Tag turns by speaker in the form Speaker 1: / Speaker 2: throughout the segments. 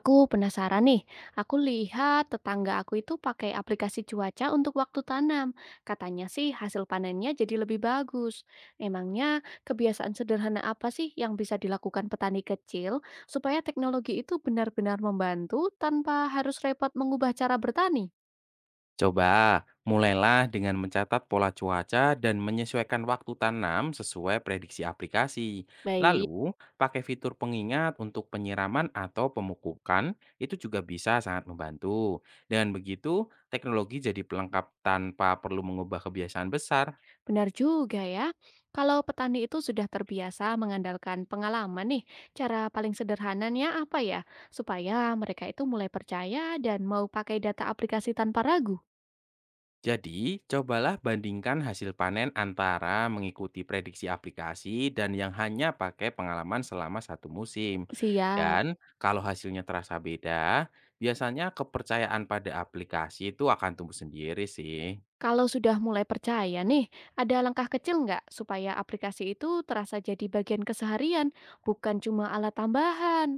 Speaker 1: Aku penasaran nih, aku lihat tetangga aku itu pakai aplikasi cuaca untuk waktu tanam. Katanya sih hasil panennya jadi lebih bagus. Emangnya kebiasaan sederhana apa sih yang bisa dilakukan petani kecil supaya teknologi itu benar-benar membantu tanpa harus repot mengubah cara bertani?
Speaker 2: Coba mulailah dengan mencatat pola cuaca dan menyesuaikan waktu tanam sesuai prediksi aplikasi.
Speaker 1: Baik.
Speaker 2: Lalu, pakai fitur pengingat untuk penyiraman atau pemupukan itu juga bisa sangat membantu. Dengan begitu, teknologi jadi pelengkap tanpa perlu mengubah kebiasaan besar.
Speaker 1: Benar juga ya. Kalau petani itu sudah terbiasa mengandalkan pengalaman nih, cara paling sederhananya apa ya? Supaya mereka itu mulai percaya dan mau pakai data aplikasi tanpa ragu.
Speaker 2: Jadi, cobalah bandingkan hasil panen antara mengikuti prediksi aplikasi dan yang hanya pakai pengalaman selama satu musim.
Speaker 1: Siap.
Speaker 2: Dan kalau hasilnya terasa beda, biasanya kepercayaan pada aplikasi itu akan tumbuh sendiri sih.
Speaker 1: Kalau sudah mulai percaya nih, ada langkah kecil nggak supaya aplikasi itu terasa jadi bagian keseharian, bukan cuma alat tambahan?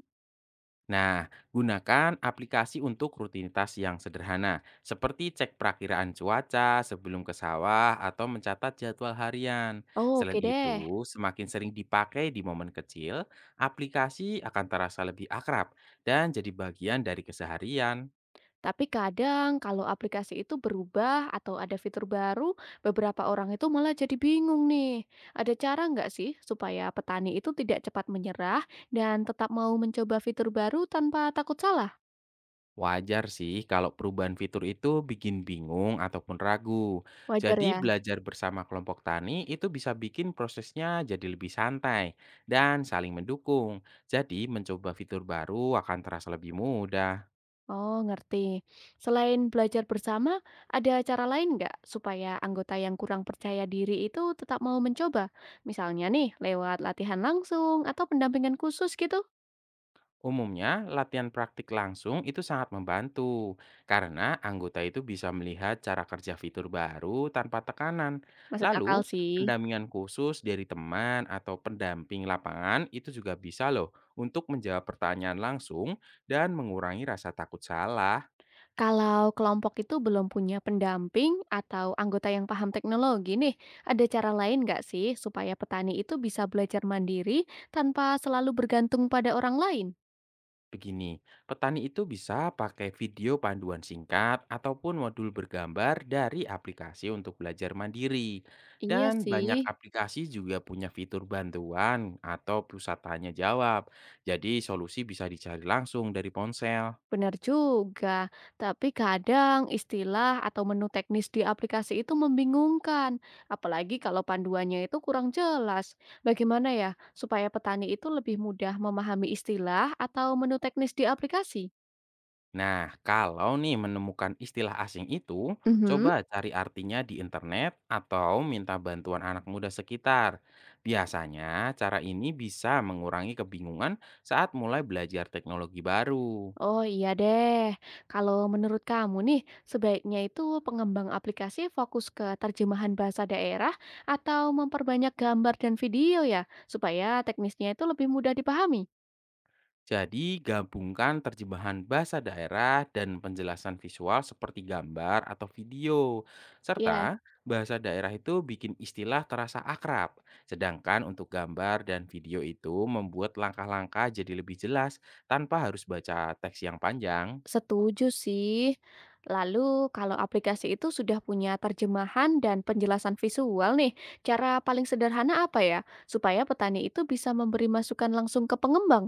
Speaker 2: Nah, gunakan aplikasi untuk rutinitas yang sederhana, seperti cek perakiraan cuaca sebelum ke sawah atau mencatat jadwal harian.
Speaker 1: Oh,
Speaker 2: Selain
Speaker 1: oke deh.
Speaker 2: itu, semakin sering dipakai di momen kecil, aplikasi akan terasa lebih akrab dan jadi bagian dari keseharian.
Speaker 1: Tapi kadang kalau aplikasi itu berubah atau ada fitur baru, beberapa orang itu malah jadi bingung nih. Ada cara nggak sih supaya petani itu tidak cepat menyerah dan tetap mau mencoba fitur baru tanpa takut salah?
Speaker 2: Wajar sih kalau perubahan fitur itu bikin bingung ataupun ragu.
Speaker 1: Wajar
Speaker 2: Jadi
Speaker 1: ya?
Speaker 2: belajar bersama kelompok tani itu bisa bikin prosesnya jadi lebih santai dan saling mendukung. Jadi mencoba fitur baru akan terasa lebih mudah.
Speaker 1: Oh, ngerti. Selain belajar bersama, ada cara lain nggak supaya anggota yang kurang percaya diri itu tetap mau mencoba? Misalnya nih, lewat latihan langsung atau pendampingan khusus gitu?
Speaker 2: Umumnya, latihan praktik langsung itu sangat membantu karena anggota itu bisa melihat cara kerja fitur baru tanpa tekanan.
Speaker 1: Masuk akal
Speaker 2: Lalu,
Speaker 1: sih.
Speaker 2: pendampingan khusus dari teman atau pendamping lapangan itu juga bisa loh untuk menjawab pertanyaan langsung dan mengurangi rasa takut salah.
Speaker 1: Kalau kelompok itu belum punya pendamping atau anggota yang paham teknologi nih, ada cara lain nggak sih supaya petani itu bisa belajar mandiri tanpa selalu bergantung pada orang lain?
Speaker 2: Begini, petani itu bisa pakai video panduan singkat ataupun modul bergambar dari aplikasi untuk belajar mandiri.
Speaker 1: Iya
Speaker 2: Dan banyak
Speaker 1: sih,
Speaker 2: aplikasi juga punya fitur bantuan atau pusat tanya jawab. Jadi solusi bisa dicari langsung dari ponsel.
Speaker 1: benar juga. Tapi kadang istilah atau menu teknis di aplikasi itu membingungkan, apalagi kalau panduannya itu kurang jelas. Bagaimana ya supaya petani itu lebih mudah memahami istilah atau menu teknis di aplikasi?
Speaker 2: Nah, kalau nih menemukan istilah asing itu, coba cari artinya di internet atau minta bantuan anak muda sekitar. Biasanya, cara ini bisa mengurangi kebingungan saat mulai belajar teknologi baru.
Speaker 1: Oh iya deh, kalau menurut kamu nih, sebaiknya itu pengembang aplikasi fokus ke terjemahan bahasa daerah atau memperbanyak gambar dan video ya, supaya teknisnya itu lebih mudah dipahami?
Speaker 2: Jadi, gabungkan terjemahan bahasa daerah dan penjelasan visual seperti gambar atau video.
Speaker 1: Ya,
Speaker 2: Serta, bahasa daerah itu bikin istilah terasa akrab. Sedangkan untuk gambar dan video itu membuat langkah-langkah jadi lebih jelas tanpa harus baca teks yang panjang.
Speaker 1: setuju sih. Lalu, kalau aplikasi itu sudah punya terjemahan dan penjelasan visual nih, cara paling sederhana apa ya, supaya petani itu bisa memberi masukan langsung ke pengembang?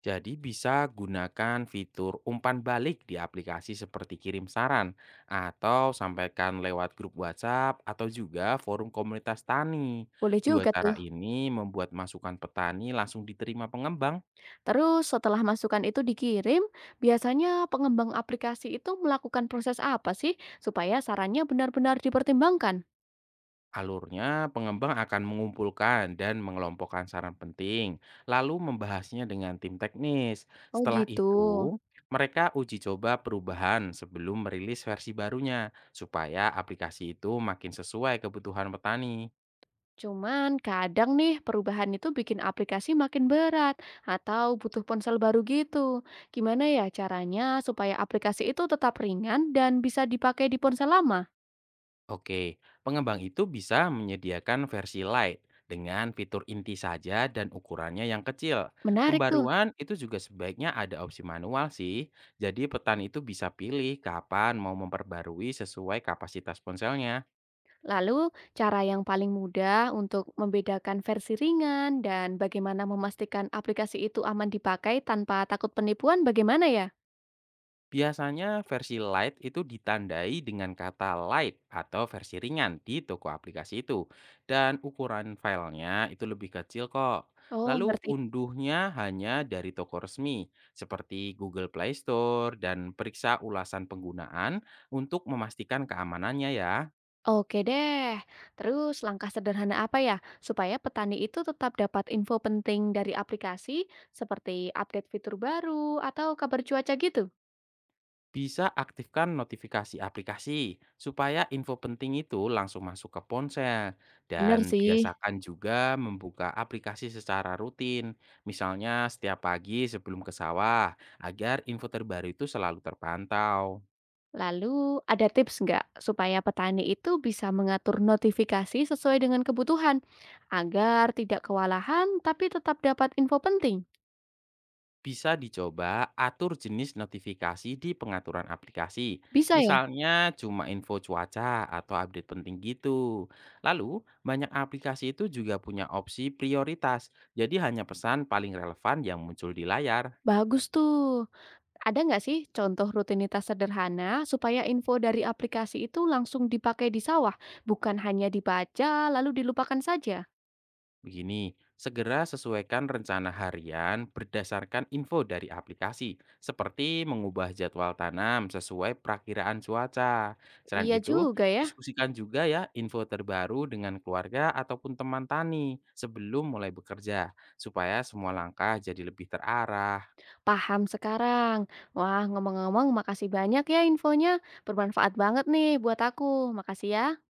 Speaker 2: Jadi bisa gunakan fitur umpan balik di aplikasi seperti kirim saran atau sampaikan lewat grup WhatsApp atau juga forum komunitas tani.
Speaker 1: Boleh
Speaker 2: Dua
Speaker 1: juga tuh.
Speaker 2: cara ini membuat masukan petani langsung diterima pengembang.
Speaker 1: Terus setelah masukan itu dikirim, biasanya pengembang aplikasi itu melakukan proses apa sih supaya sarannya benar-benar dipertimbangkan?
Speaker 2: Alurnya, pengembang akan mengumpulkan dan mengelompokkan saran penting, lalu membahasnya dengan tim teknis.
Speaker 1: Oh
Speaker 2: Setelah
Speaker 1: gitu.
Speaker 2: itu, mereka uji coba perubahan sebelum merilis versi barunya, supaya aplikasi itu makin sesuai kebutuhan petani.
Speaker 1: Cuman kadang nih perubahan itu bikin aplikasi makin berat atau butuh ponsel baru gitu. Gimana ya caranya supaya aplikasi itu tetap ringan dan bisa dipakai di ponsel lama?
Speaker 2: Oke, pengembang itu bisa menyediakan versi light dengan fitur inti saja dan ukurannya yang kecil.
Speaker 1: Menarik tuh.
Speaker 2: Pembaruan itu juga sebaiknya ada opsi manual sih. Jadi petan itu bisa pilih kapan mau memperbarui sesuai kapasitas ponselnya.
Speaker 1: Lalu, cara yang paling mudah untuk membedakan versi ringan dan bagaimana memastikan aplikasi itu aman dipakai tanpa takut penipuan bagaimana ya?
Speaker 2: Biasanya versi light itu ditandai dengan kata light atau versi ringan di toko aplikasi itu. Dan ukuran filenya itu lebih kecil kok.
Speaker 1: Oh,
Speaker 2: Lalu
Speaker 1: ngerti.
Speaker 2: unduhnya hanya dari toko resmi seperti Google Play Store dan periksa ulasan penggunaan untuk memastikan keamanannya ya.
Speaker 1: Oke deh. Terus langkah sederhana apa ya supaya petani itu tetap dapat info penting dari aplikasi seperti update fitur baru atau kabar cuaca gitu?
Speaker 2: Bisa aktifkan notifikasi aplikasi supaya info penting itu langsung masuk ke ponsel
Speaker 1: Bener
Speaker 2: dan
Speaker 1: sih.
Speaker 2: biasakan juga membuka aplikasi secara rutin. Misalnya setiap pagi sebelum ke sawah agar info terbaru itu selalu terpantau.
Speaker 1: Lalu ada tips nggak supaya petani itu bisa mengatur notifikasi sesuai dengan kebutuhan agar tidak kewalahan tapi tetap dapat info penting?
Speaker 2: Bisa dicoba atur jenis notifikasi di pengaturan aplikasi.
Speaker 1: Bisa ya?
Speaker 2: Misalnya cuma info cuaca atau update penting gitu. Lalu, banyak aplikasi itu juga punya opsi prioritas. Jadi hanya pesan paling relevan yang muncul di layar.
Speaker 1: Bagus tuh. Ada nggak sih contoh rutinitas sederhana supaya info dari aplikasi itu langsung dipakai di sawah, bukan hanya dibaca lalu dilupakan saja?
Speaker 2: Begini, segera sesuaikan rencana harian berdasarkan info dari aplikasi, seperti mengubah jadwal tanam sesuai perakiraan cuaca. Selain
Speaker 1: Iya
Speaker 2: itu,
Speaker 1: juga ya,
Speaker 2: diskusikan juga ya info terbaru dengan keluarga ataupun teman tani sebelum mulai bekerja, supaya semua langkah jadi lebih terarah.
Speaker 1: paham sekarang. Wah, ngomong-ngomong, makasih banyak ya infonya. Bermanfaat banget nih buat aku. Makasih ya.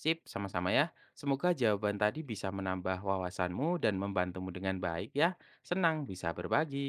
Speaker 2: Sip, sama-sama ya. Semoga jawaban tadi bisa menambah wawasanmu dan membantumu dengan baik ya. Senang bisa berbagi.